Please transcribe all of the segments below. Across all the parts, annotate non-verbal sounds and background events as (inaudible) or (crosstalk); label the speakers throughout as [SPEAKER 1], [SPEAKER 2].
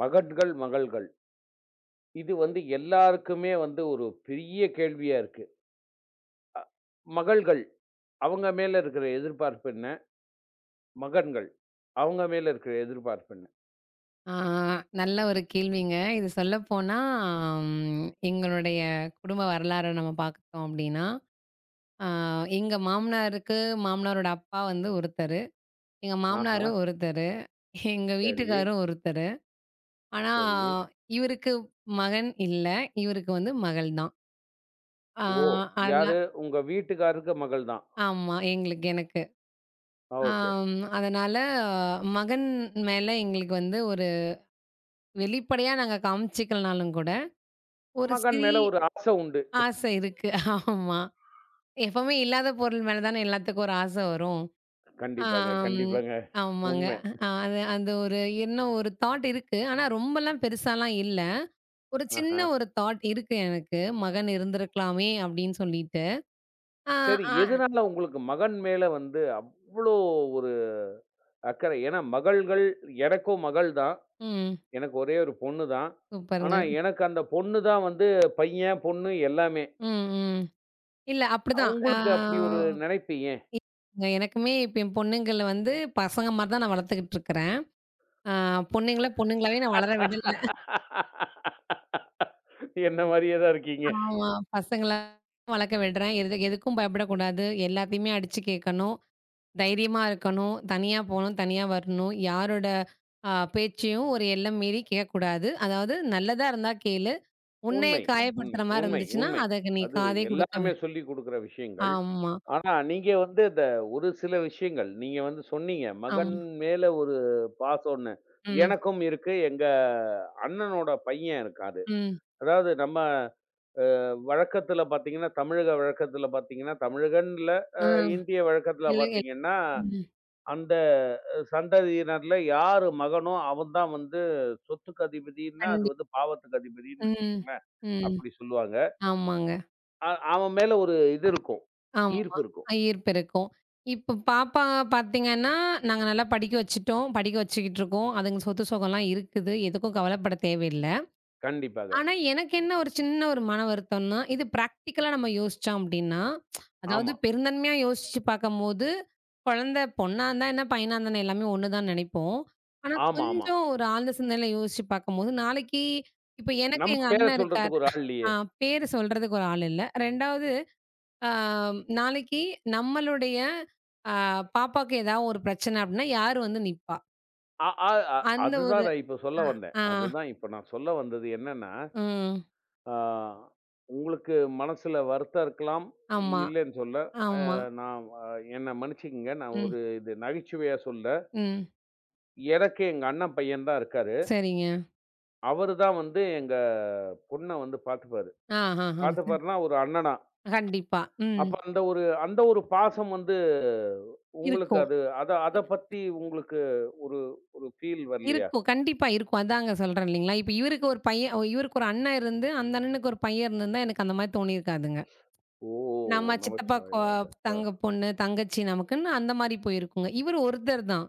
[SPEAKER 1] மகட்கள், மகள்கள். இது வந்து எல்லாருக்குமே வந்து ஒரு பெரிய கேள்வியா இருக்கு. அ மகள்கள், அவங்க மேல இருக்கிற எதிர்பார்ப்பு என்ன? மகன்கள், அவங்க மேல இருக்கிற எதிர்பார்ப்பு என்ன?
[SPEAKER 2] ஆ நல்ல ஒரு கேள்விங்க. இது சொல்லப்போனா, ம் எங்களுடைய குடும்ப வரலாற நம்ம பாத்துட்டோம் அப்டின்னா, ஆ எங்க மாமனாருக்கு மாமனாரோட அப்பா வந்து ஒருத்தரு, எங்க
[SPEAKER 1] ஆஹா!
[SPEAKER 2] மாமனாரு ஒருத்தரு, எங்க
[SPEAKER 1] சரி,
[SPEAKER 2] வீட்டுக்காரும் ஒருத்தரு. ஆனா,
[SPEAKER 1] சரி.
[SPEAKER 2] இவருக்கு மகன் இல்ல. இவருக்கு வந்து மகள் தான். ஆ
[SPEAKER 1] ஓ!
[SPEAKER 2] அதனா
[SPEAKER 1] யாரு? உங்க வீட்டுக்காருக்கு மகள் தான்.
[SPEAKER 2] ஆமா. எனக்கு.
[SPEAKER 1] ஓகே.
[SPEAKER 2] ஆம் அதனால மகன் மேல எங்களுக்கு வந்து ஒரு வெளிப்படையா நாங்க காமிச்சுக்கலனாலும் கூட, ஒரு
[SPEAKER 1] மகன் மேல
[SPEAKER 2] சிறிய
[SPEAKER 1] ஒரு ஆசை உண்டு.
[SPEAKER 2] ஆசை இருக்கு. ஆமா. எப்பவுமே இல்லாத பொருள் மேல தானே எல்லாத்துக்கும் ஒரு ஆசை வரும்.
[SPEAKER 1] கண்டிப்பாங்க,
[SPEAKER 2] ஆம்.
[SPEAKER 1] கண்டிப்பாங்க.
[SPEAKER 2] ஆமாங்க.
[SPEAKER 1] உண்மை.
[SPEAKER 2] அது அந்த ஒரு என்ன ஒரு தாட் இருக்கு. ஆனா ரொம்பலாம் பெருசாலாம் இல்ல. ஒரு சின்ன
[SPEAKER 1] ஆஹா.
[SPEAKER 2] ஒரு தாட் இருக்கு எனக்கு. மகன் இருந்திருக்கலாமே அப்டின்னு சொல்லிட்டு. ஆ,
[SPEAKER 1] சரி,
[SPEAKER 2] ஆ
[SPEAKER 1] எதனால உங்களுக்கு மகன் மேல வந்து அவ்ளோ ஒரு அக்கறை? ஏன்னா மகள்கள் எனக்கும் மகள் தான்.
[SPEAKER 2] ம்.
[SPEAKER 1] எனக்கு ஒரே ஒரு பொண்ணு தான்.
[SPEAKER 2] சூப்பருங்க.
[SPEAKER 1] ஆனா, எனக்கு அந்த பொண்ணு தான் வந்து பையன், பொண்ணு எல்லாமே.
[SPEAKER 2] ம், ம். இல்ல அப்படிதான்.
[SPEAKER 1] உங்களுக்கு அப்படி ஒரு நினைப்பு ஏன்?
[SPEAKER 2] எனக்குமே இப்ப என் பொண்ணுங்கள வந்து பசங்க மாரி தான் நான் வளர்த்துக்கிட்டு இருக்கிறேன். ஆ பொண்ணுங்கள பொண்ணுங்களாவே நான் வளர விடல.
[SPEAKER 1] என்ன மாரியே தான் இருக்கீங்க.
[SPEAKER 2] ஆமா. பசங்கள வளர்க்க விடுறேன். எது எதுக்கும் பயப்படக்கூடாது. எல்லாத்தையுமே அடிச்சு கேட்கணும். தைரியமா இருக்கணும். தனியா போணும், தனியா வரணும். யாரோட பேச்சையும் ஒரு எல்லம் மீறி கேட்கக்கூடாது. அதாவது நல்லதா இருந்தா கேளு. உன்னைய
[SPEAKER 1] உண்மை, உண்மை,
[SPEAKER 2] காயப்படுத்துற மாரி
[SPEAKER 1] உண்மை,
[SPEAKER 2] இருந்துச்சுன்னா,
[SPEAKER 1] உண்மை.
[SPEAKER 2] அதுக்கு நீ
[SPEAKER 1] அது
[SPEAKER 2] காதே குடுக்க
[SPEAKER 1] எல்லாருமே சொல்லிக் குடுக்குற விஷயங்கள்.
[SPEAKER 2] ஆமா,
[SPEAKER 1] ஆனா, நீங்க வந்து இந்த ஒரு சில விஷயங்கள், நீங்க வந்து சொன்னீங்க, மகன்
[SPEAKER 2] ஆமா.
[SPEAKER 1] மேல ஒரு பாசம்ன்னு.
[SPEAKER 2] ம்,
[SPEAKER 1] எனக்கும் இருக்கு. எங்க அண்ணனோட பையன் இருக்காரு.
[SPEAKER 2] ம்,
[SPEAKER 1] அதாவது நம்ம வழக்கத்துல பார்த்தீங்கன்னா, தமிழக வழக்கத்துல பார்த்தீங்கன்னா, தமிழகன்னு இல்ல, அ
[SPEAKER 2] ஆ.
[SPEAKER 1] இந்திய வழக்கத்துல
[SPEAKER 2] எல்லை எல்
[SPEAKER 1] பார்த்தீங்கன்னா,
[SPEAKER 2] ம். ம்.
[SPEAKER 1] அந்த சந்ததியினர்ல யாரு மகனோ, அவன் தான் வந்து சொத்துக்கு அதிபதின்னா, அது
[SPEAKER 2] கண்டி
[SPEAKER 1] வந்து பாவத்துக்கு அதிபதின்னு
[SPEAKER 2] ம்,
[SPEAKER 1] வச்சுக்கங்களேன்.
[SPEAKER 2] ம்.
[SPEAKER 1] அப்படி சொல்லுவாங்க.
[SPEAKER 2] ஆமாங்க.
[SPEAKER 1] அவன் மேல ஒரு இது இருக்கும்.
[SPEAKER 2] ஆமா.
[SPEAKER 1] ஈர்ப்பு இருக்கும்.
[SPEAKER 2] அ, ஈர்ப்பு இருக்கும். இப்ப பாப்பா பார்த்தீங்கன்னா, நாங்க நல்லா படிக்க வச்சுட்டோம். படிக்க வச்சுக்கிட்டு இருக்கோம். அதுங்க சொத்து, சுகம்லாம் இருக்குது. எதுக்கும் கவலைப்பட தேவையில்ல.
[SPEAKER 1] கண்டிப்பாக.
[SPEAKER 2] ஆனா, எனக்கு என்ன ஒரு சின்ன ஒரு மன வருத்தம்னா, இது பிராக்டிகலா நம்ம யோசிச்சோம் அப்டின்னா, அதாவது
[SPEAKER 1] ஆமா.
[SPEAKER 2] பெருந்தன்மையா யோசிச்சு பார்க்கும்போது, குழந்தை பொண்ணா இருந்தா என்ன, பையனா இருந்தா என்ன எல்லாமே ஒண்ணு தான் நெனைப்போம். ஆனா,
[SPEAKER 1] ஆமாமா.
[SPEAKER 2] கொஞ்சம் ஒரு ஆழ்ந்த சிந்தனையில யோசிச்சு பார்க்கும்போது, நாளைக்கு இப்ப எனக்கு
[SPEAKER 1] நம்ம
[SPEAKER 2] எங்க
[SPEAKER 1] பேர
[SPEAKER 2] அண்ணன் இருக்கார்.
[SPEAKER 1] சொல்றதுக்கு ஒரு ஆள்
[SPEAKER 2] ஆ
[SPEAKER 1] இல்லையே!
[SPEAKER 2] பேரு சொல்றதுக்கு ஒரு ஆள் இல்ல. 2வது ஆ நாளைக்கு நம்மளுடைய அ பாப்பாக்கு ஏதாவது ஒரு பிரச்சனை அப்டின்னா, யாரு வந்து நிப்பா?
[SPEAKER 1] அ அ அ
[SPEAKER 2] அந்த
[SPEAKER 1] அதுதான்
[SPEAKER 2] ஒரு
[SPEAKER 1] நான் இப்ப சொல்ல
[SPEAKER 2] அ,
[SPEAKER 1] வந்தேன்.
[SPEAKER 2] ஆ,
[SPEAKER 1] அதுதான் இப்ப நான் சொல்ல வந்தது என்னன்னா,
[SPEAKER 2] ம்.
[SPEAKER 1] ஆ உங்களுக்கு மனசுல வருத்தம் இருக்கலாம்.
[SPEAKER 2] ஆமா,
[SPEAKER 1] இல்லன்னு சொல்லல.
[SPEAKER 2] ஆமா.
[SPEAKER 1] நான் என்ன மன்னிச்சுக்கங்க. நான்
[SPEAKER 2] ம்,
[SPEAKER 1] ஒரு இது நகைச்சுவையா சொல்ல,
[SPEAKER 2] ம்.
[SPEAKER 1] எனக்கு எங்க அண்ணன் பையன் தான் இருக்காரு.
[SPEAKER 2] சரிங்க.
[SPEAKER 1] அவரு தான் வந்து எங்க பொண்ண வந்து பார்த்துப்பாரு.
[SPEAKER 2] ஆஹஹா.
[SPEAKER 1] பார்த்துப்பாருன்னா ஒரு அண்ணனா.
[SPEAKER 2] கண்டிப்பா. ம்.
[SPEAKER 1] அப்ப அந்த ஒரு பாசம் வந்து உங்களுக்கு
[SPEAKER 2] இருக்கும்.
[SPEAKER 1] அது அத அத பத்தி உங்களுக்கு ஒரு ஒரு ஃபீல் வரலையா?
[SPEAKER 2] இருக்கும். கண்டிப்பா இருக்கும். அதாங்க சொல்றேன் இல்லைங்களா? இப்ப இவருக்கு ஒரு பையன் இவருக்கு ஒரு அண்ணன் இருந்து, அந்த அண்ணனுக்கு ஒரு பையன் இருந்திருந்தா, எனக்கு அந்த மாரி தோணியிருக்காதுங்க.
[SPEAKER 1] ஓ!
[SPEAKER 2] நம்ம சித்தப்பா
[SPEAKER 1] நமச்சிவாய வாழ்க. ஆ.
[SPEAKER 2] தங்க பொண்ணு, தங்கச்சி நமக்குன்னு அந்த மாரி போயிருக்குங்க. இவரு ஒருத்தர் தான்.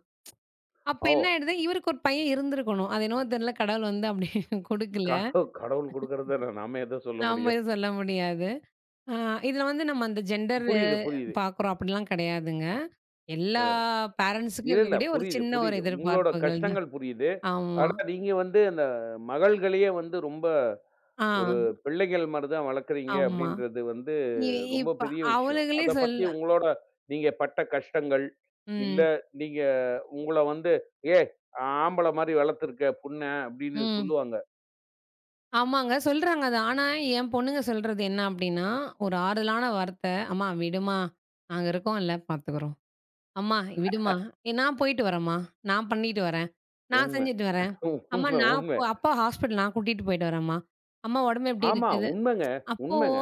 [SPEAKER 2] அப்ப
[SPEAKER 1] ஓ!
[SPEAKER 2] என்ன ஆயிடுது, இவருக்கு ஒரு பையன் இருந்திருக்கணும். அது என்னவோ தெரியல, கடவுள் வந்து அப்படி (laughs) குடுக்கல.
[SPEAKER 1] கடவுள் குடுக்கறத நாம எத சொல்ல
[SPEAKER 2] நாம
[SPEAKER 1] முடியும்?
[SPEAKER 2] எதுவும் சொல்ல முடியாது. ஆ இதுல வந்து நம்ம அந்த ஜெண்டர்
[SPEAKER 1] புரியுது, புரியுது.
[SPEAKER 2] பாக்குறோம் அப்படிலாம் கிடையாதுங்க. எல்லா பேரண்ட்ஸுக்கும்
[SPEAKER 1] இல்ல, இல்ல.
[SPEAKER 2] இருக்கக்கூடிய ஒரு
[SPEAKER 1] புரியுது,
[SPEAKER 2] சின்ன ஒரு
[SPEAKER 1] புரியுது. உங்களோட
[SPEAKER 2] எதிர்பார்ப்புகள் தான்.
[SPEAKER 1] கஷ்டங்கள் புரியுது.
[SPEAKER 2] ஆமா.
[SPEAKER 1] ஆனா, நீங்க வந்து அந்த மகள்களையே வந்து ரொம்ப ஒரு
[SPEAKER 2] ஆ,
[SPEAKER 1] பிள்ளைகள் மாரி தான் வளர்க்குறீங்க
[SPEAKER 2] ஆமா.
[SPEAKER 1] அப்படின்றது வந்து
[SPEAKER 2] இ
[SPEAKER 1] ரொம்ப
[SPEAKER 2] இப்ப
[SPEAKER 1] பெரிய விஷயம்.
[SPEAKER 2] அவளுகளே
[SPEAKER 1] அத பத்தி
[SPEAKER 2] சொல்ல
[SPEAKER 1] உங்களோட நீங்க பட்ட கஷ்டங்கள், இல்ல
[SPEAKER 2] ம்,
[SPEAKER 1] நீங்க உங்கள வந்து, "ஏய் ஆம்பள மாரி வளர்த்துருக்க பொண்ண" அப்படின்னு
[SPEAKER 2] ம்.
[SPEAKER 1] சொல்லுவாங்க.
[SPEAKER 2] ஆமாங்க. சொல்றாங்க அத. ஆனா, என் பொண்ணுங்க சொல்றது என்ன அப்டின்னா, ஒரு ஆறுதலான வார்த்த, "அம்மா விடுமா, நாங்க இருக்கோம்ல பார்த்துக்குறோம். அம்மா விடுமா, ஏ, நான் போயிட்டு வரேன்ம்மா. நான் பண்ணிட்டு வரேன். நான்
[SPEAKER 1] உண்ம.
[SPEAKER 2] செஞ்சுட்டு வரேன். அம்மா
[SPEAKER 1] உண்ம,
[SPEAKER 2] நான் போ
[SPEAKER 1] உண்ம.
[SPEAKER 2] அப்பா ஹாஸ்பிட்டல் நான் கூட்டிட்டு போயிட்டு வரேன்ம்மா. அம்மா உடம்பு எப்டி
[SPEAKER 1] ஆமா,
[SPEAKER 2] இருக்குது?"
[SPEAKER 1] உண்மங்க,
[SPEAKER 2] அப்போ
[SPEAKER 1] உண்மங்க.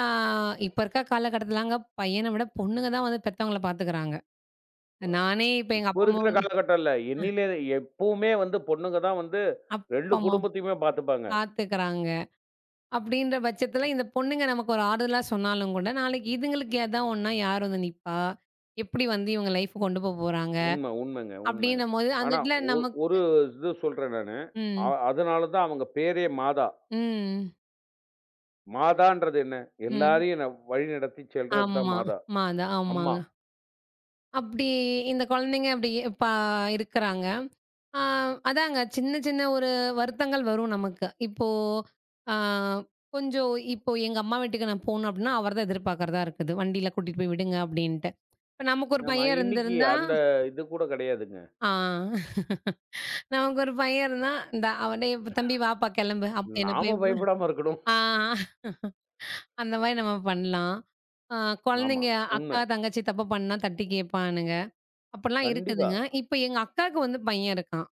[SPEAKER 2] ஆ இப்ப இருக்க காலகட்டத்துலங்க பையன விட பொண்ணுங்க தான் வந்து பெத்தவங்கள பார்த்துக்குறாங்க. நானே இப்ப எங்க
[SPEAKER 1] இப்ப
[SPEAKER 2] அப்பா, அம்மா
[SPEAKER 1] இருக்கிற காலகட்டம்ல எண்ணிலே எப்பவுமே வந்து பொண்ணுங்க தான் வந்து
[SPEAKER 2] அப்பா,
[SPEAKER 1] 2
[SPEAKER 2] அம்மா
[SPEAKER 1] குடும்பத்தையுமே பார்த்துப்பாங்க.
[SPEAKER 2] பாத்துக்குறாங்க. அப்படின்ற பட்சத்துல இந்த பொண்ணுங்க நமக்கு ஒரு ஆறுதலா சொன்னாலும் கூட, நாளைக்கு இதுங்களுக்கு ஏதா ஒண்ணுனா யார் வந்து நிப்பா? எப்படி வந்து இவங்க லைஃப் கொண்டு போ போறாங்க?
[SPEAKER 1] உண்ம, உண்மங்க, உண்மங்க.
[SPEAKER 2] அப்படின்னும்போது அந்த
[SPEAKER 1] ஆனா
[SPEAKER 2] இடத்துல நமக்கு
[SPEAKER 1] ஒரு இது சொல்றேன் நானு.
[SPEAKER 2] ம்.
[SPEAKER 1] அதனால தான் அவங்க பேரே மாதா.
[SPEAKER 2] ம்.
[SPEAKER 1] மாதான்றது என்ன?
[SPEAKER 2] ம்.
[SPEAKER 1] எல்லாரையும் வழிநடத்தி செல்றது தான்
[SPEAKER 2] ஆமா.
[SPEAKER 1] மாதா.
[SPEAKER 2] மாதா
[SPEAKER 1] அம்மா.
[SPEAKER 2] ஆமாங்க. அப்படி இந்த குழந்தைங்க அப்படி ப இருக்குறாங்க. ஆ அதாங்க சின்ன சின்ன ஒரு வருத்தங்கள் வரும் நமக்கு. இப்போ ஆ கொஞ்சம் இப்போ எங்க அம்மா வீட்டுக்கு நான் போணும் அப்படின்னா, அவர் தான் எதிர்பார்க்கிறதா இருக்குது. வண்டியில கூட்டிட்டு போய் விடுங்க அப்படின்ட்டு. இப்ப நமக்கு ஒரு
[SPEAKER 1] ஆமா.
[SPEAKER 2] பையன்
[SPEAKER 1] இன்னைக்கு
[SPEAKER 2] இருந்திருந்தா
[SPEAKER 1] அந்த இது கூட கிடையாதுங்க.
[SPEAKER 2] ஆ நமக்கு ஒரு பையன் இருந்தான், இந்தா அவனே "இப்ப "தம்பி வாப்பா கிளம்பு" அப் என்ன
[SPEAKER 1] நாம
[SPEAKER 2] போய்
[SPEAKER 1] பயப்படாம இருக்கணும்.
[SPEAKER 2] ஆ அந்த மாரி நம்ம பண்ணலாம். ஆ
[SPEAKER 1] ஆமா.
[SPEAKER 2] குழந்தைங்க அக்கா,
[SPEAKER 1] உண்மை.
[SPEAKER 2] தங்கச்சி தப்பு பண்ணா தட்டி கேட்பானுங்க. அப்படிலாம்
[SPEAKER 1] கண்டிப்பா.
[SPEAKER 2] இருக்குதுங்க. இப்ப எங்க அக்காவுக்கு வந்து பையன் இருக்கான்.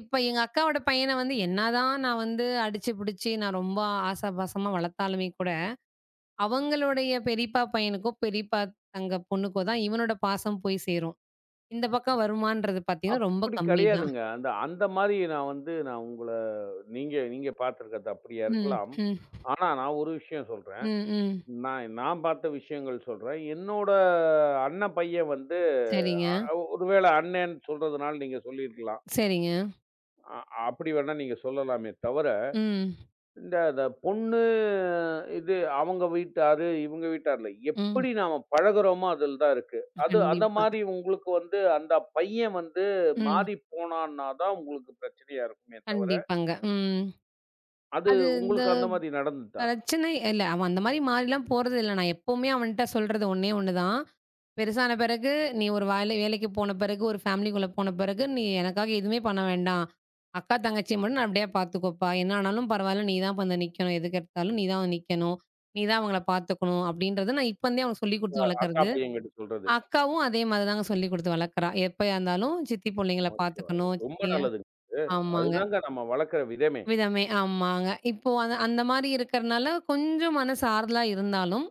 [SPEAKER 2] இப்ப எங்க அக்காவோட பையன வந்து என்னதான் நான் வந்து அடிச்சு பிடிச்சு நான் ரொம்ப ஆசை பாசமா வளர்த்தாலுமே கூட, அவங்களுடைய பெரியப்பா பையனுக்கோ, பெரியப்பா தங்க பொண்ணுக்கோ தான் இவனோட பாசம் போய் சேரும். இந்த பக்கம் வருமான்றது பார்த்தீங்கன்னா ரொம்ப
[SPEAKER 1] அப்படி
[SPEAKER 2] கம்மி தான்.
[SPEAKER 1] கிடையாதுங்க. அந்த அந்த மாரி நான் வந்து நான் உங்கள நீங்க நீங்க பார்த்துருக்கிறது அப்படியா
[SPEAKER 2] ம்,
[SPEAKER 1] இருக்கலாம்.
[SPEAKER 2] ம்,
[SPEAKER 1] ஆனா நான் ஒரு விஷயம்
[SPEAKER 2] ம்,
[SPEAKER 1] சொல்றேன்.
[SPEAKER 2] ம்.
[SPEAKER 1] நான் நான் பார்த்த விஷயங்கள் சொல்றேன். என்னோட அண்ணன் பையன் வந்து
[SPEAKER 2] சரிங்க.
[SPEAKER 1] ஒரு வேளை அண்ணேன்னு சொல்றதுனால நீங்க சொல்லியிருக்கலாம்.
[SPEAKER 2] சரிங்க.
[SPEAKER 1] அ அப்படி வேணா நீங்க சொல்லலாமே தவிர,
[SPEAKER 2] ம்.
[SPEAKER 1] இந்த இந்த பொண்ணு இது அவங்க வீட்டாரு, இவங்க வீட்டார்ல
[SPEAKER 2] ம்.
[SPEAKER 1] எப்படி நாம பழகுறோமோ அதில தான் இருக்கு. அது அந்த
[SPEAKER 2] கண்டிப்பா.
[SPEAKER 1] மாரி உங்களுக்கு வந்து அந்த பையன் வந்து
[SPEAKER 2] ம்.
[SPEAKER 1] மாறி போனான்னா தான் உங்களுக்கு பிரச்சனையா இருக்குமே தவிர,
[SPEAKER 2] கண்டிப்பாங்க. ம்.
[SPEAKER 1] அது
[SPEAKER 2] அது இந்த
[SPEAKER 1] உங்களுக்கு அந்த மாரி நடந்ததா?
[SPEAKER 2] பிரச்சனை இல்ல. அவன் அந்த மாரி மாறிலாம் போறதில்ல. நான் எப்பவுமே அவன்ட்ட சொல்றது ஒண்ணே ஒண்ணு தான். பெருசான பிறகு, "நீ ஒரு வேலைக்கு போன பிறகு, ஒரு ஃபேமிலிக்குள்ள போன பிறகு, நீ எனக்காக எதுவுமே பண்ண வேண்டாம். அக்கா, தங்கச்சிய மட்டும் நல்லபடியா பார்த்துக்கோப்பா. என்ன ஆனாலும் பரவால்ல. நீ தான் வந்து நிக்கணும். எதுக்கு எடுத்தாலும் நீ தான் வந்து நிக்கணும். நீ தான் அவங்கள பார்த்துக்கணும்." அப்படின்றத நான் இப்ப இருந்தே அவனுக்கு சொல்லிக் குடுத்து
[SPEAKER 1] அக்கா
[SPEAKER 2] வளர்க்கறது.
[SPEAKER 1] பையன்கிட்ட சொல்றது.
[SPEAKER 2] அக்காவும் அதே மாதிரி தாங்க சொல்லிக் குடுத்து வளர்க்குறா. எப்பயா இருந்தாலும் சித்தி புள்ளைங்கள
[SPEAKER 1] நோ சாய்ஸ்.
[SPEAKER 2] பார்த்துக்கணும்.
[SPEAKER 1] ரொம்ப
[SPEAKER 2] சித்திய
[SPEAKER 1] நல்லதுங்க அது.
[SPEAKER 2] ஆமாங்க.
[SPEAKER 1] அதுதாங்க நம்ம வளர்க்குற விதமே.
[SPEAKER 2] விதமே ஆமாங்க. இப்போ அந்த அந்த மாரி இருக்கிறனால கொஞ்சம் மனசு ஆறுதலா இருந்தாலும்,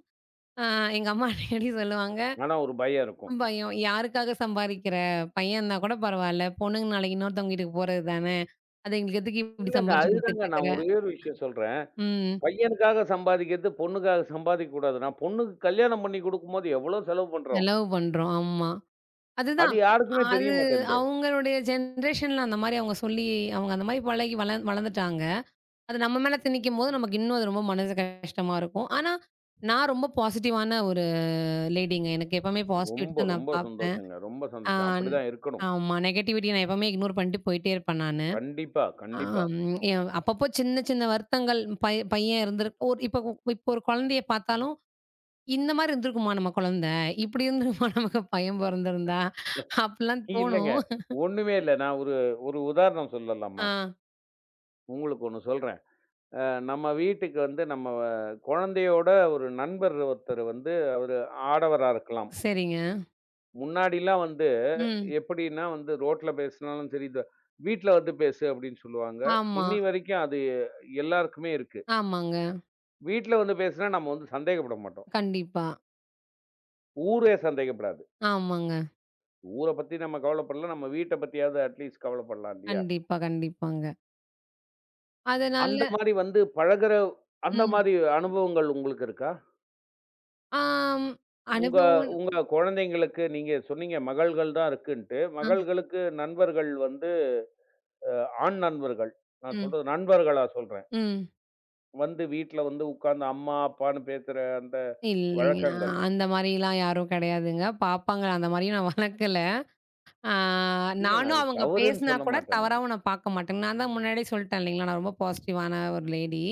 [SPEAKER 2] அ எங்க அம்மா அடிக்கடி சொல்லுவாங்க,
[SPEAKER 1] ஆனா ஒரு பயம் இருக்கும்.
[SPEAKER 2] பயம். "யாருக்காக சம்பாரிக்கிற? பையன் இருந்தா கூட பரவால்ல. பொண்ணுங்க நாளைக்கு இன்னொருத்தவங்க வீட்டுக்கு போறது தானே. அது எங்களுக்கு எதுக்கு இப்படி
[SPEAKER 1] இல்லங்க
[SPEAKER 2] சம்பாரிச்சு குடுத்துட்டு
[SPEAKER 1] அதுதாங்க
[SPEAKER 2] இருக்கிற?"
[SPEAKER 1] நான் ஒரே ஒரு விஷயம் சொல்றேன்.
[SPEAKER 2] ம்.
[SPEAKER 1] பையனுக்காக சம்பாதிக்கிறது, பொண்ணுக்காக சம்பாதிக்க கூடாது. நான் பொண்ணுக்கு கல்யாணம் பண்ணி குடுக்கும்போது எவ்வளோ செலவு பண்றோம்.
[SPEAKER 2] செலவு பண்றோம். ஆமா.
[SPEAKER 1] அது
[SPEAKER 2] அதுதான்.
[SPEAKER 1] யாருக்குமே தெரிய
[SPEAKER 2] அது
[SPEAKER 1] மாட்டேன்து.
[SPEAKER 2] அவங்களுடைய ஜெனரேஷன்ல அந்த மாரி அவங்க சொல்லி அவங்க அந்த மாரி பழகி வளர்ந்துட்டாங்க. அது நம்ம மேல திணிக்கும்போது, நமக்கு இன்னும் அது ரொம்ப மனசு கஷ்டமா இருக்கும். ஆனா, நான் ரொம்ப பாசிட்டிவான ஒரு லேடிங்க. எனக்கு எப்பவுமே பாசிட்டிவிட்டி
[SPEAKER 1] ரொம்ப,
[SPEAKER 2] தான் நான்
[SPEAKER 1] ரொம்ப
[SPEAKER 2] பார்ப்பேன்.
[SPEAKER 1] சந்தோஷங்க. ரொம்ப
[SPEAKER 2] ஆ
[SPEAKER 1] சந்தோஷம். அப்படிதான் இருக்கணும்.
[SPEAKER 2] ஆமா. நெகட்டிவிட்டிய நான் எப்பவுமே இக்னோர் பண்ணிட்டு போயிட்டே இருப்பேன் நானு.
[SPEAKER 1] கண்டிப்பா, கண்டிப்பா.
[SPEAKER 2] ஆம் என் அப்பப்போ சின்ன சின்ன வருத்தங்கள் பையன் இருந்திருக்கு ஒரு இப்ப இப்போ ஒரு குழந்தைய பார்த்தாலும், இந்த மாரி இருந்திருக்குமா நம்ம குழந்தை? இப்படி இருந்திருக்குமா நமக்கு பையன் பொறந்திருந்தா? அப்படிலாம்
[SPEAKER 1] இல்லங்க.
[SPEAKER 2] தோணும்.
[SPEAKER 1] ஒண்ணுமே இல்ல. நான் ஒரு ஒரு உதாரணம்
[SPEAKER 2] ஆ
[SPEAKER 1] சொல்லலாமா? உங்களுக்கு ஒண்ணு சொல்றேன். அ நம்ம வீட்டுக்கு வந்து நம்ம குழந்தையோட ஒரு நண்பர் ஒருத்தர் வந்து அவரு ஆடவரா இருக்கலாம்.
[SPEAKER 2] சரிங்க.
[SPEAKER 1] முன்னாடிலாம் வந்து
[SPEAKER 2] ம்.
[SPEAKER 1] எப்படின்னா வந்து ரோட்ல பேசினாலும் சரி, இந்த வீட்ல வந்து பேசு அப்படின்னு சொல்லுவாங்க.
[SPEAKER 2] ஆமா.
[SPEAKER 1] இன்னி வரைக்கும் அது எல்லாருக்குமே இருக்கு.
[SPEAKER 2] ஆமாங்க.
[SPEAKER 1] வீட்ல வந்து பேசினா நம்ம வந்து சந்தேகப்பட மாட்டோம்.
[SPEAKER 2] கண்டிப்பா.
[SPEAKER 1] ஊரே சந்தேகப்படாது.
[SPEAKER 2] ஆமாங்க.
[SPEAKER 1] ஊர பத்தி நம்ம கவலைப்படல. நம்ம வீட்ட பத்தியாவது அட்லீஸ்ட் கவலைப்படலாம் இல்லையா?
[SPEAKER 2] கண்டிப்பா, கண்டிப்பாங்க.
[SPEAKER 1] அந்த
[SPEAKER 2] அதனால
[SPEAKER 1] மாரி வந்து பழகுற அந்த
[SPEAKER 2] ம்.
[SPEAKER 1] மாரி அனுபவங்கள் உங்களுக்கு இருக்கா?
[SPEAKER 2] ஆம்.
[SPEAKER 1] உங்க
[SPEAKER 2] அனுபவம்
[SPEAKER 1] உங்க குழந்தைங்களுக்கு நீங்க சொன்னீங்க மகள்கள் தான் இருக்குன்ட்டு.
[SPEAKER 2] அ,
[SPEAKER 1] மகள்களுக்கு நண்பர்கள் வந்து ஆண் நண்பர்கள். நான்
[SPEAKER 2] ம்,
[SPEAKER 1] சொல்றது நண்பர்களா சொல்றேன்.
[SPEAKER 2] ம்.
[SPEAKER 1] வந்து வீட்ல வந்து உட்கார்ந்து அம்மா, அப்பான்னு பேசுற அந்த
[SPEAKER 2] இல்லைங்க. அ,
[SPEAKER 1] வழக்கங்கள்.
[SPEAKER 2] அந்த மாரிலாம் யாரும் கிடையாதுங்க. பாப்பாங்க அந்த மாரியும் நான் வளர்க்கல. ஆ
[SPEAKER 1] இல்லங்க
[SPEAKER 2] நானும்
[SPEAKER 1] அது
[SPEAKER 2] அவங்க
[SPEAKER 1] தவறுன்னு
[SPEAKER 2] பேசினா
[SPEAKER 1] சொல்ல
[SPEAKER 2] கூட
[SPEAKER 1] மாட்டேன் நானு.
[SPEAKER 2] தவறாவும் நான் பார்க்க மாட்டேங்க. நான் தான் முன்னாடியே சொல்லிட்டேன் இல்லைங்களா, நான் ரொம்ப பாசிட்டிவான ஒரு லேடி.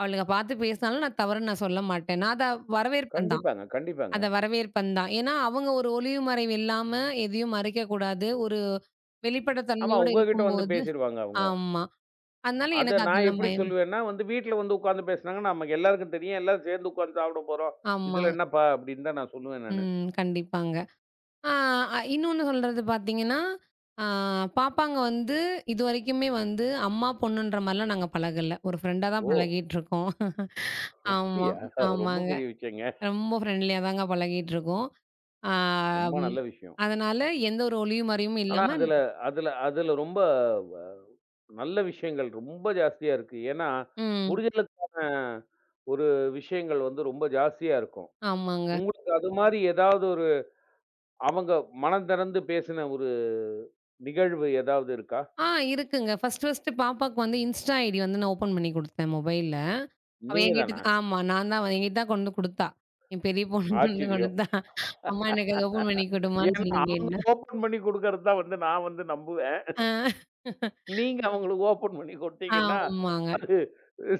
[SPEAKER 2] அவளுங்க பார்த்து பேசினாலும் நான் தவறுன்னு நான் சொல்ல மாட்டேன். நான் அத வரவேற்பேன் தான்.
[SPEAKER 1] கண்டிப்பாங்க, கண்டிப்பாங்க.
[SPEAKER 2] அத வரவேற்பேன் தான். ஏன்னா, அவங்க ஒரு ஒளிவு மறைவு இல்லாம எதையும் மறைக்கக்கூடாது. ஒரு
[SPEAKER 1] ஆமா
[SPEAKER 2] வெளிப்படைத்தன்மையோட
[SPEAKER 1] உங்ககிட்ட வந்து
[SPEAKER 2] இருக்கும்போது
[SPEAKER 1] பேசிருவாங்க அவங்க.
[SPEAKER 2] ஆமா. அதனால
[SPEAKER 1] அத
[SPEAKER 2] எனக்கு
[SPEAKER 1] நான்
[SPEAKER 2] அதெல்லாம்
[SPEAKER 1] எப்படி
[SPEAKER 2] பயம்.
[SPEAKER 1] சொல்லுவேன்னா, வந்து வீட்ல வந்து உட்கார்ந்து பேசுனாங்கன்னா, நமக்கு எல்லாருக்கும் தெரியும். எல்லாரும் சேர்ந்து உட்கார்ந்து சாப்பிட போறோம்.
[SPEAKER 2] ஆமா.
[SPEAKER 1] இதுல என்னப்பா அப்படின்னு தான் நான் சொல்லுவேன் நானு.
[SPEAKER 2] ம். கண்டிப்பாங்க. ஆ அ, இன்னொன்னு சொல்றது பார்த்தீங்கன்னா, ஆ பாப்பாங்க வந்து இதுவரைக்குமே வந்து அம்மா, பொண்ணுன்ற மாரிலாம் நாங்க பழகல. ஒரு ஃப்ரெண்டா தான்
[SPEAKER 1] ஓ!
[SPEAKER 2] பழகிட்டுருக்கோம். ஆமா,
[SPEAKER 1] அப்படியா? ரொம்ப
[SPEAKER 2] ஆமாங்க.
[SPEAKER 1] பெரிய விஷயங்க.
[SPEAKER 2] ரொம்ப ஃப்ரெண்ட்லியா தாங்க பழகிட்டுருக்கோம். ஆ
[SPEAKER 1] ரொம்ப
[SPEAKER 2] ம்.
[SPEAKER 1] நல்ல விஷயம்.
[SPEAKER 2] அதனால எந்த ஒரு ஒளியும் மறைவும்
[SPEAKER 1] ஆனா
[SPEAKER 2] இல்லாம
[SPEAKER 1] அதுல அதுல அதுல ரொம்ப வ நல்ல விஷயங்கள் ரொம்ப ஜாஸ்தியா இருக்கு. ஏன்னா,
[SPEAKER 2] ம்.
[SPEAKER 1] புரிதலுக்கான ஒரு விஷயங்கள் வந்து ரொம்ப ஜாஸ்தியா இருக்கும்.
[SPEAKER 2] ஆமாங்க.
[SPEAKER 1] உங்களுக்கு அது மாரி ஏதாவது ஒரு அவங்க மனம் திறந்து பேசின ஒரு நிகழ்வு ஏதாவது இருக்கா?
[SPEAKER 2] ஆ இருக்குங்க. ஃபர்ஸ்ட்டு பாப்பாக்கு வந்து Insta ஐடி வந்து நான் ஓப்பன் பண்ணி குடுத்தேன் மொபைல்ல. அவ
[SPEAKER 1] நீங்க தானா?
[SPEAKER 2] என்கிட்ட ஆமா. நான் தான் என்கிட்ட தான் கொண்டு குடுத்தா. என் பெரிய பொண்ணு கொண்டு
[SPEAKER 1] ஆச்சரியம்.
[SPEAKER 2] குடுத்தா. அம்மா எனக்கு அது ஓப்பன் பண்ணி குடும்மான்னு
[SPEAKER 1] ஏன்னா, அவங்க
[SPEAKER 2] சொன்னீங்கன்னா.
[SPEAKER 1] ஓப்பன் பண்ணி குடுக்கறது தான் வந்து நான் வந்து நம்புவேன்.
[SPEAKER 2] ஆ.
[SPEAKER 1] நீங்க அவங்களுக்கு ஓப்பன் பண்ணி குடுத்தீங்கன்னா,
[SPEAKER 2] ஆமாங்க.
[SPEAKER 1] அது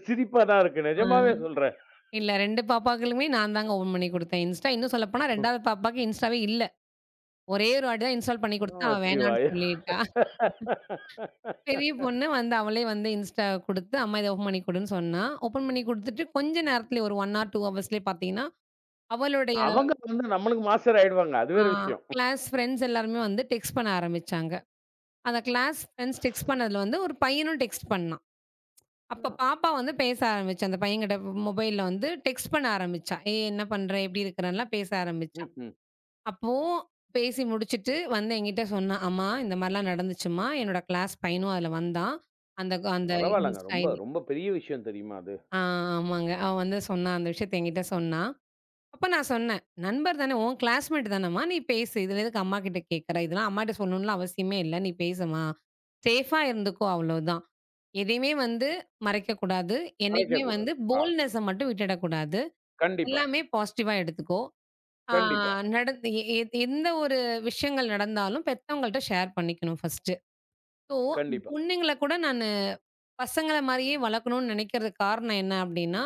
[SPEAKER 1] சிரிப்பா தான் இருக்கு. நிஜமாவே
[SPEAKER 2] ஆ.
[SPEAKER 1] சொல்றேன்.
[SPEAKER 2] இல்ல 2 பாப்பாக்களுமே நான் தாங்க ஓப்பன் பண்ணி குடுத்தேன். இன்ஸ்டா இன்னும் சொல்லப்போனா 2வது பாப்பாக்கு இன்ஸ்டாவே இல்ல. ஒரே ஒரு வாட்டி தான் இன்ஸ்டால் பண்ணி குடுத்தேன். அவ வேணான்னு
[SPEAKER 1] நமச்சிவாய!
[SPEAKER 2] சொல்லிட்டா. பெரிய பொண்ணு வந்து அவளே வந்து இன்ஸ்டா குடுத்து, "அம்மா இத ஓப்பன் பண்ணி குடுன்னு" சொன்னா. ஓப்பன் பண்ணி குடுத்துட்டு கொஞ்ச நேரத்திலே ஒரு 1 ஆர் 2 ஹவர்ஸ்லயே பார்த்தீங்கன்னா, அவளுடைய
[SPEAKER 1] அவங்க வந்து நம்மளுக்கு மாஸ்டர் ஆயிடுவாங்க. அது
[SPEAKER 2] ஆ
[SPEAKER 1] வேற விஷயம்.
[SPEAKER 2] கிளாஸ் ஃப்ரெண்ட்ஸ் எல்லாருமே வந்து டெக்ஸ்ட் பண்ண ஆரம்பிச்சாங்க. அந்த கிளாஸ் ஃப்ரெண்ட்ஸ் டெக்ஸ்ட் பண்ணதுல வந்து ஒரு பையனும் டெக்ஸ்ட் பண்ணான். அப்ப பாப்பா வந்து பேச ஆரம்பிச்சா. அந்த பையன்கிட்ட மொபைல்ல வந்து டெக்ஸ்ட் பண்ண ஆரம்பிச்சா. "ஏய் என்ன பண்ற? எப்படி இருக்கிறன்லாம்?" பேச ஆரம்பிச்சா.
[SPEAKER 1] ம்ஹ்ம்.
[SPEAKER 2] அப்போ பேசி முடிச்சுட்டு வந்து என்கிட்ட சொன்னா, "அம்மா இந்த மாரிலாம் நடந்துச்சும்மா. என்னோட கிளாஸ் பையனும் அதுல வந்தான். அந்த அந்த
[SPEAKER 1] பரவால்லங்க.
[SPEAKER 2] இன்ஸ்டா
[SPEAKER 1] ரொம்ப
[SPEAKER 2] ஐடி"
[SPEAKER 1] ரொம்ப பெரிய விஷயம் தெரியுமா அது?
[SPEAKER 2] ஆ ஆமாங்க. அவன் வந்து சொன்னான். அந்த விஷயத்த என்கிட்ட சொன்னா. அப்ப நான் சொன்னேன், "நண்பர் தானே! உன் கிளாஸ்மேட் தானம்மா! நீ பேசு. இதில எதுக்கு அம்மாகிட்ட கேட்குற? இதெல்லாம் அம்மாட்ட சொல்லணும்லாம் அவசியமே இல்ல. நீ பேசும்மா. சேஃபா இருந்துக்கோ அவ்வளோதான். எதையுமே வந்து மறைக்கக்கூடாது. என்னைக்குமே வந்து
[SPEAKER 1] மறைக்கக்கூடாது. ஆ,
[SPEAKER 2] போல்ட்னஸ மட்டும் விட்டுடக்கூடாது.
[SPEAKER 1] கண்டிப்பா,
[SPEAKER 2] எல்லாமே பாசிட்டிவா எடுத்துக்கோ. ஆ
[SPEAKER 1] கண்டிப்பா,
[SPEAKER 2] நடந்து எ எ எந்த ஒரு விஷயங்கள் நடந்தாலும் பெத்தவங்கள்ட்ட ஷேர் பண்ணிக்கணும் ஃபர்ஸ்ட்டு." ஸோ
[SPEAKER 1] கண்டிப்பா.
[SPEAKER 2] பொண்ணுங்கள கூட நானு பசங்கள மாரியே வளர்க்கணும்னு நினைக்கிறதுக்கு காரணம் என்ன அப்டின்னா,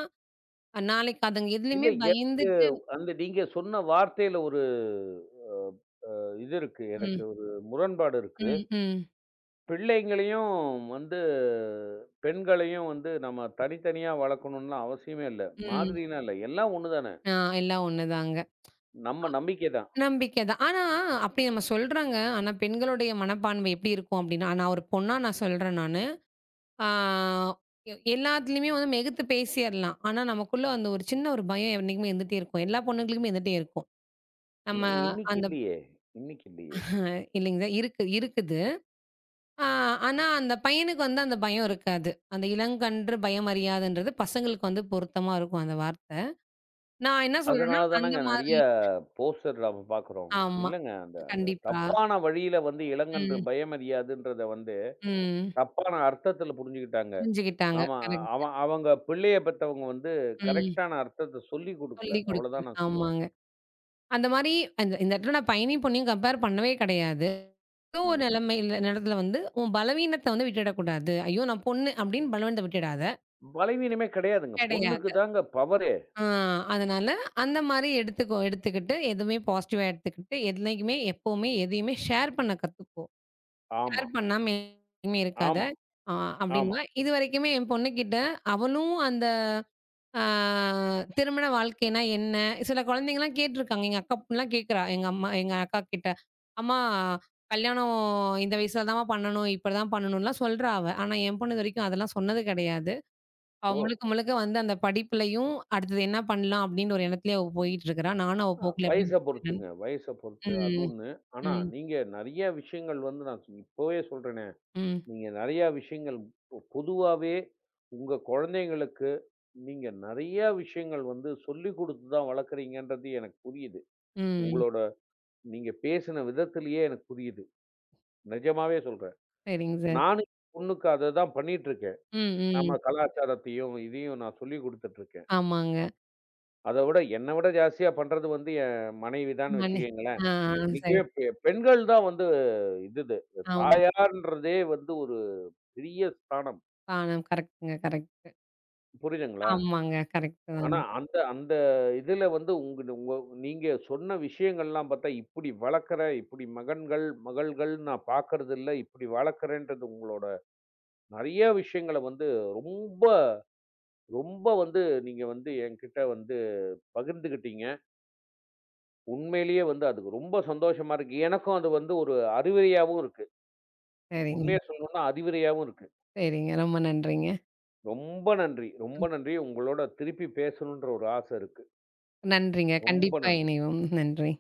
[SPEAKER 2] நாளைக்கு அதுங்க
[SPEAKER 1] இல்ல
[SPEAKER 2] எதுலயுமே
[SPEAKER 1] எனக்கு
[SPEAKER 2] பயந்துட்டு
[SPEAKER 1] அந்த நீங்க சொன்ன வார்த்தையில ஒரு அ அ இது இருக்கு. எனக்கு
[SPEAKER 2] ம்,
[SPEAKER 1] ஒரு முரண்பாடு இருக்கு.
[SPEAKER 2] ம், ம்,
[SPEAKER 1] பிள்ளைங்களையும் வந்து பெண்களையும் வந்து நம்ம தனித்தனியா வளர்க்கணும்லாம் அவசியமே இல்ல.
[SPEAKER 2] ம்.
[SPEAKER 1] மாதிரிலாம் இல்ல. எல்லாம் ஒண்ணு தானே.
[SPEAKER 2] ஆ எல்லாம் ஒண்ணுதாங்க.
[SPEAKER 1] நம்ம நம்பிக்கை தான்.
[SPEAKER 2] நம்பிக்கை தான். ஆனா, அப்படி நம்ம சொல்றாங்க. ஆனா, பெண்களுடைய மனப்பான்மை எப்படி இருக்கும் அப்படின்னா, நான் ஒரு பொண்ணா நான் சொல்றேன் நானு. ஆ எ எல்லாத்துலயுமே வந்து மிகுத்து பேசிறலாம். ஆனா, நமக்குள்ள அந்த ஒரு சின்ன ஒரு பயம் என்னைக்குமே இருந்துட்டே இருக்கும். எல்லா பொண்ணுங்களுக்குமே இருந்துட்டே இருக்கும். நம்ம
[SPEAKER 1] இல்லைங்க இன்னைக்கு
[SPEAKER 2] அந்த
[SPEAKER 1] இல்லையே, இன்னைக்கு இல்லையே.
[SPEAKER 2] ப இல்லைங்க sir, இருக்கு இருக்குது. ஆ ஆனா, அந்த பையனுக்கு வந்து அந்த பயம் இருக்காது. அந்த இளங்கன்று பயம் அறியாதுன்றது பசங்களுக்கு வந்து பொருத்தமா இருக்கும் அந்த வார்த்தை. நான் என்ன சொல்றேன்னா,
[SPEAKER 1] அதனால
[SPEAKER 2] அந்த
[SPEAKER 1] தானங்க நெறைய
[SPEAKER 2] மாதிரி
[SPEAKER 1] போஸ்டர் நம்ம பார்க்குறோம்.
[SPEAKER 2] ஆமா.
[SPEAKER 1] இல்லங்க அந்த அந்த
[SPEAKER 2] கண்டிப்பா.
[SPEAKER 1] தப்பான வழியில வந்து இளங்கன்று
[SPEAKER 2] ம்,
[SPEAKER 1] பயமறியாதுன்றத வந்து
[SPEAKER 2] ம்.
[SPEAKER 1] தப்பான அர்த்தத்துல புரிஞ்சுக்கிட்டாங்க.
[SPEAKER 2] புரிஞ்சுகிட்டாங்க.
[SPEAKER 1] ஆமா.
[SPEAKER 2] கரெக்ட்.
[SPEAKER 1] அவன் அவங்க பிள்ளைய பெத்தவங்க வந்து
[SPEAKER 2] ம்.
[SPEAKER 1] கரெக்ட்டான அர்த்தத்த சொல்லிக் குடுக்கல.
[SPEAKER 2] சொல்லிக் குடுக்கல.
[SPEAKER 1] அவ்வளோதான் நான் சொல்லுவேன்.
[SPEAKER 2] ஆமாங்க. அந்த மாரி அந்த இந்த இடத்துல நான் பயணியும், பொண்ணையும் கம்பேர் பண்ணவே கிடையாது. ஏதோ ஒரு
[SPEAKER 1] ம்ஹ்ம்.
[SPEAKER 2] நிலைமையில இடத்துல வந்து உன் பலவீனத்த வந்து விட்டுடக்கூடாது. ஐயோ! நான் பொண்ணு அப்படின்னு பலவீனத்த விட்டுடாத.
[SPEAKER 1] பலவீனமே கிடையாதுங்க. பொண்ணுக்கு
[SPEAKER 2] கிடையாது.
[SPEAKER 1] தாங்க பவரே.
[SPEAKER 2] ஆ அதனால அந்த மாரி எடுத்துக்கோ எடுத்துக்கிட்டு எதுவுமே பாசிட்டிவா எடுத்துக்கிட்டு, எதுலயுமே எப்பவுமே எதையுமே ஷேர் பண்ண கத்துக்கோ.
[SPEAKER 1] ஆமா,
[SPEAKER 2] ஷேர் பண்ணாம எதுவுமே இருக்காத.
[SPEAKER 1] ஆமா,
[SPEAKER 2] ஆ
[SPEAKER 1] ஆமா.
[SPEAKER 2] அப்படின்னா, இதுவரைக்குமே என் பொண்ணுகிட்ட அவளும் அந்த ஆ திருமண வாழ்க்கைனா என்ன? சில குழந்தைங்கலாம் கேட்டுருக்காங்க. எங்க அக்கா பொண்ணுலாம் கேட்கிறா. எங்க அம்மா எங்க அக்கா கிட்ட. "அம்மா கல்யாணம் இந்த வயசுல தாம்மா பண்ணணும். இப்படிதான் பண்ணணும்லாம்" சொல்றா அவ. ஆனா என் பொண்ணு இதுவரைக்கும் அதெல்லாம் சொன்னது கிடையாது. அவ
[SPEAKER 1] ஓ!
[SPEAKER 2] முழுக்க முழுக்க வந்து அந்த படிப்புலயும், அடுத்தது என்ன பண்ணலாம் அப்படின்னு ஒரு எண்ணத்திலேயே அவ போயிட்டு இருக்கிறா. நானும் அவ போக்குல அப்படியே
[SPEAKER 1] வயச
[SPEAKER 2] விட்டுட்டேன் நானு.
[SPEAKER 1] பொறுத்துங்க. வயச பொறுத்து அது
[SPEAKER 2] ம்,
[SPEAKER 1] ஒண்ணு. ஆனா,
[SPEAKER 2] ம்,
[SPEAKER 1] நீங்க நெறைய விஷயங்கள் வந்து நான் இப்பவே சொல்றேனே,
[SPEAKER 2] ம்,
[SPEAKER 1] நீங்க நெறைய விஷயங்கள் பொதுவாவே உங்க குழந்தைங்களுக்கு நீங்க நெறைய விஷயங்கள் வந்து சொல்லிக் குடுத்து தான் வளர்க்குறீங்கன்றது எனக்கு புரியுது.
[SPEAKER 2] ம்.
[SPEAKER 1] உங்களோட நீங்க பேசின விதத்திலேயே எனக்கு புரியுது. நிஜமாவே சொல்றேன்.
[SPEAKER 2] சரிங்க சார்.
[SPEAKER 1] நானும் என் பொண்ணுக்கு அததான் பண்ணிட்டு இருக்கேன்.
[SPEAKER 2] ம், ம்.
[SPEAKER 1] நம்ம கலாச்சாரத்தையும், இதையும் நான் சொல்லிக் குடுத்துட்டு இருக்கேன்.
[SPEAKER 2] ஆமாங்க.
[SPEAKER 1] அத விட என்ன விட ஜாஸ்தியா பண்றது வந்து என் மனைவிதான்னு
[SPEAKER 2] மணி
[SPEAKER 1] வச்சுக்கங்களேன்.
[SPEAKER 2] ஆ சரி.
[SPEAKER 1] இன்னைக்குமே பெண்கள் தான் வந்து இது இது.
[SPEAKER 2] ஆமா.
[SPEAKER 1] தாயார்ன்றதே வந்து ஒரு பெரிய ஸ்தானம்.
[SPEAKER 2] ஆ கரெக்ட்டுங்க, கரெக்ட்டு.
[SPEAKER 1] புரியுதுங்களா?
[SPEAKER 2] ஆமாங்க. கரெக்ட்டு தான்.
[SPEAKER 1] ஆனா அந்த அந்த இதுல வந்து உங்க உங்க நீங்க சொன்ன விஷயங்கள்லாம் பார்த்தா, இப்படி வளர்க்கிறேன், இப்படி மகன்கள், மகள்கள் நான் பார்க்கறது இல்ல. இப்படி வளர்க்கிறேன்றது உங்களோட நெறைய விஷயங்கள வந்து ரொம்ப ரொம்ப வந்து நீங்க வந்து என்கிட்ட வந்து பகிர்ந்துக்கிட்டீங்க. உண்மையிலேயே வந்து அதுக்கு ரொம்ப சந்தோஷமா இருக்கு. எனக்கும் அது வந்து ஒரு அறிவுரையாவும் இருக்கு.
[SPEAKER 2] சரிங்க.
[SPEAKER 1] உண்மைய சொல்லணும்னா அறிவுரையாவும் இருக்கு.
[SPEAKER 2] சரிங்க. ரொம்ப நன்றிங்க.
[SPEAKER 1] ரொம்ப நன்றி, ரொம்ப
[SPEAKER 2] ம்.
[SPEAKER 1] நன்றி. உங்களோட திருப்பி பேசணுன்ற ஒரு ஆசை இருக்கு.
[SPEAKER 2] நன்றிங்க.
[SPEAKER 1] ரொம்ப
[SPEAKER 2] கண்டிப்பா
[SPEAKER 1] நன்றி.
[SPEAKER 2] இணைவோம். நன்றி.